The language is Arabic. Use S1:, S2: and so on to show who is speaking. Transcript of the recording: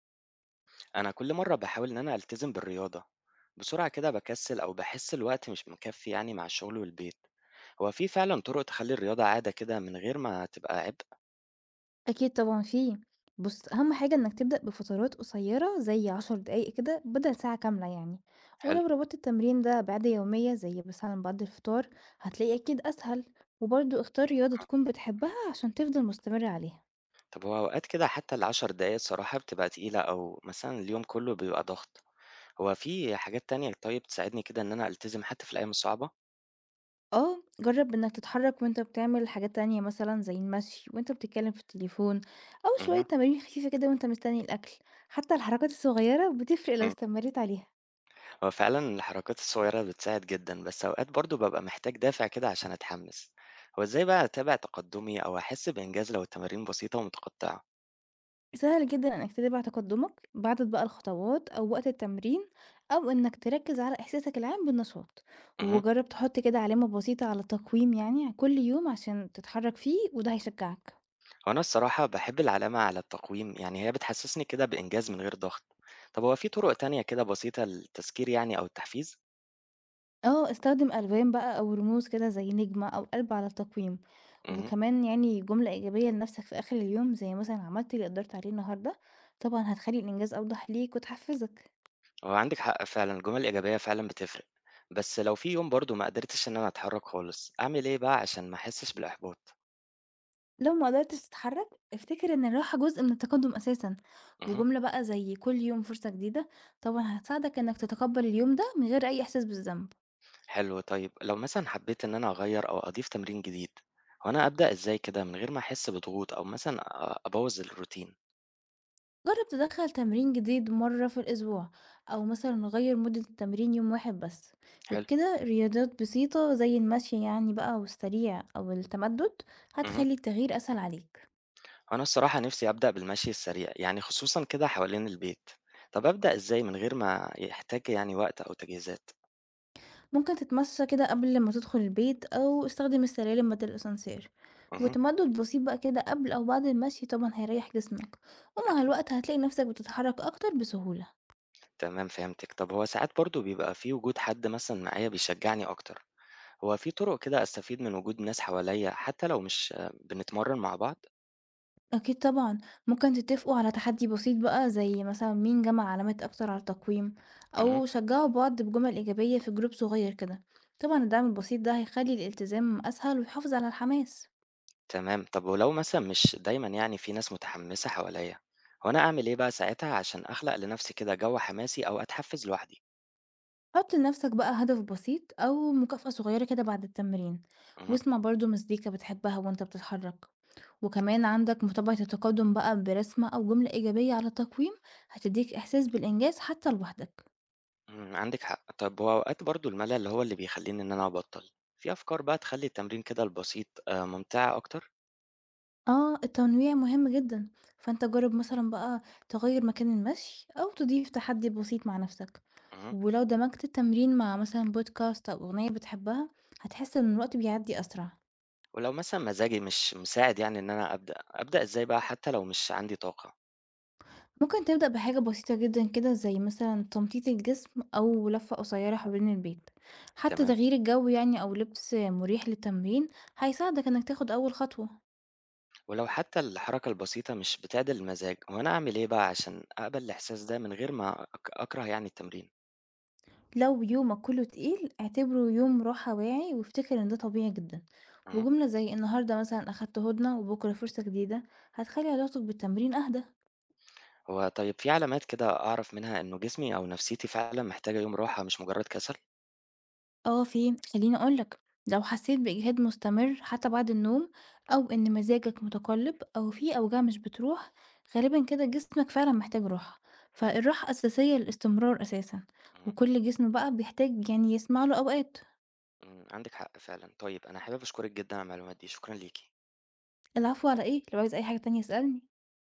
S1: أنا كل مرة باحاول إن أنا ألتزم بالرياضة، بسرعة كده بكسل أو بحس الوقت مش مكفي يعني مع الشغل والبيت، هو في فعلا طرق تخلي الرياضة عادة كده من غير ما تبقى عبء؟
S2: أكيد طبعًا في، بُص أهم حاجة إنك تبدأ بفترات قصيرة زي 10 دقايق كده بدل ساعة كاملة يعني،
S1: حلو.
S2: ولو ربطت التمرين ده بعادة يومية زي مثلًا بعد الفطار هتلاقيه أكيد أسهل، وبرضه اختار رياضة
S1: آه.
S2: تكون بتحبها عشان تفضل مستمر عليها.
S1: طب هو أوقات كده حتى العشر دقايق الصراحة بتبقى تقيلة أو مثلا اليوم كله بيبقى ضغط، هو في حاجات تانية طيب تساعدني كده إن أنا ألتزم حتى في الأيام الصعبة؟
S2: آه، جرب إنك تتحرك وأنت بتعمل حاجات تانية مثلًا زي المشي وأنت بتتكلم في التليفون، أو شوية تمارين خفيفة كده وأنت مستني الأكل، حتى الحركات الصغيرة بتفرق لو
S1: اهم.
S2: استمريت عليها.
S1: هو فعلا الحركات الصغيرة بتساعد جدا بس أوقات برضو ببقى محتاج دافع كده عشان أتحمس. هو إزاي بقى أتابع تقدمي أو أحس بإنجاز لو التمارين بسيطة ومتقطعة؟
S2: سهل جدًا إنك تتابع تقدمك، بعدد بقى الخطوات أو وقت التمرين، أو إنك تركز على إحساسك العام بالنشاط،
S1: مه.
S2: وجرب تحط كده علامة بسيطة على التقويم يعني كل يوم عشان تتحرك فيه وده هيشجعك.
S1: وأنا الصراحة بحب العلامة على التقويم يعني هي بتحسسني كده بإنجاز من غير ضغط. طب هو في طرق تانية كده بسيطة للتذكير يعني أو التحفيز؟
S2: آه، استخدم ألوان بقى أو رموز كده زي نجمة أو قلب على التقويم،
S1: مه.
S2: وكمان يعني جملة إيجابية لنفسك في آخر اليوم زي مثلًا عملت اللي قدرت عليه النهاردة، طبعًا هتخلي الإنجاز أوضح ليك وتحفزك.
S1: هو عندك حق فعلا الجمل الإيجابية فعلا بتفرق. بس لو في يوم برضو ما قدرتش إن أنا أتحرك خالص أعمل إيه بقى عشان ما أحسش بالإحباط؟
S2: لو ما قدرتش تتحرك افتكر ان الراحة جزء من التقدم اساسا،
S1: مه.
S2: وجملة بقى زي كل يوم فرصة جديدة طبعا هتساعدك انك تتقبل اليوم ده من غير اي احساس بالذنب.
S1: حلو. طيب لو مثلا حبيت إن أنا أغيّر أو أضيف تمرين جديد، هو أنا أبدأ إزاي كده من غير ما أحس بضغوط أو مثلًا أبوّظ الروتين؟
S2: جرب تدخل تمرين جديد مرة في الاسبوع او مثلا غير مدة التمرين يوم واحد بس،
S1: حلو.
S2: وبكده رياضات بسيطة زي المشي يعني بقى والسريع او التمدد
S1: اهم.
S2: هتخلي التغيير اسهل عليك.
S1: أنا الصراحة نِفْسي أبدأ بالمشي السريع، يعني خصوصًا كده حوالين البيت. طَب أبدأ إزاي من غير ما يحتاج يعني وقت أو تجهيزات؟
S2: ممكن تتمشى كده قبل ما تدخل البيت أو استخدم السلالم بدل الأسانسير،
S1: اهم.
S2: وتمدد بسيط بقى كده قبل أو بعد المشي طبعا هيريح جسمك، ومع
S1: أكيد.
S2: الوقت هتلاقي نفسك بتتحرك أكتر بسهولة.
S1: تمام فهمتِك. طَب هو ساعات برضه بيبقى في وجود حد مثلًا معايا بيشجعني أكتر، هو في طُرق كده أستفيد من وجود ناس حواليّا حتى لو مش بنتمرّن مع بعض؟
S2: أكيد طبعا، ممكن تتفقوا على تحدي بسيط بقى زي مثلا مين جمع علامات أكتر على التقويم،
S1: اهم.
S2: أو شجعوا بعض بجمل إيجابية في جروب صغير كده. طبعا الدعم البسيط ده هيخلي الالتزام أسهل ويحافظ على الحماس.
S1: تمام. طب ولو مثلا مش دايما يعني في ناس متحمسة حواليا، هو أنا أعمل إيه بقى ساعتها عشان أخلق لنفسي كده جو حماسي أو أتحفز لوحدي؟
S2: حط لنفسك بقى هدف بسيط أو مكافأة صغيرة كده بعد التمرين،
S1: مهم.
S2: واسمع برضو مزيكا بتحبها وانت بتتحرك، وكمان عندك متابعة التقدم بقى برسمة أو جملة إيجابية على التقويم هتديك إحساس بالإنجاز حتى لوحدك.
S1: مم. عندك حق. طب هو أوقات برضو الملل هو اللي بيخليني إن أنا أبطل. في أفكار بقى تخلي التمرين كده البسيط ممتع أكتر؟
S2: اه التنويع مهم جدا، فانت جرب مثلا بقى تغير مكان المشي أو تضيف تحدي بسيط مع نفسك،
S1: مهم.
S2: ولو دمجت التمرين مع مثلا بودكاست أو أغنية بتحبها هتحس إن الوقت بيعدي أسرع.
S1: ولو مثلا مزاجي مش مساعد يعني إن أنا أبدأ إزاي بقى حتى لو مش عندي طاقة؟
S2: ممكن تبدأ بحاجة بسيطة جدا كده زي مثلا تمطيط الجسم أو لفة قصيرة حوالين البيت، حتى
S1: تمام.
S2: تغيير الجو أو لبس مريح للتمرين هيساعدك إنك تاخد أول خطوة.
S1: ولو حتى الحركة البسيطة مش بتعدل المزاج، هو أنا أعمل إيه بقى عشان أقبل الإحساس ده من غير ما أكره يعني التمرين؟
S2: لو يومك كله تقيل اعتبره يوم راحة واعي وافتكر إن ده طبيعي جدا،
S1: مهم.
S2: وجملة زي النهاردة مثلا أخدت هدنة وبكرة فرصة جديدة هتخلي علاقتك بالتمرين أهدى.
S1: هو طيب في علامات كده أعرف منها إنه جسمي أو نفسيتي فعلا محتاجة يوم راحة مش مجرد كسل؟
S2: آه في، خلّيني أقول لك، لو حسيت بإجهاد مستمر حتى بعد النوم أو إن مزاجك متقلب أو في أوجاع مش بتروح، غالبًا كده جسمك فعلًا محتاج راحة،
S1: حلو.
S2: فالراحة أساسية للاستمرار أساسًا،
S1: مم.
S2: وكل جسم بقى بيحتاج يسمع له أوقات.
S1: مم. عندك حق فعلا. طيب أنا حابب أشكرك جدا على المعلومات دي. شكرا ليكي.
S2: العفو على إيه؟ لو عايز أي حاجة تانية اسألني.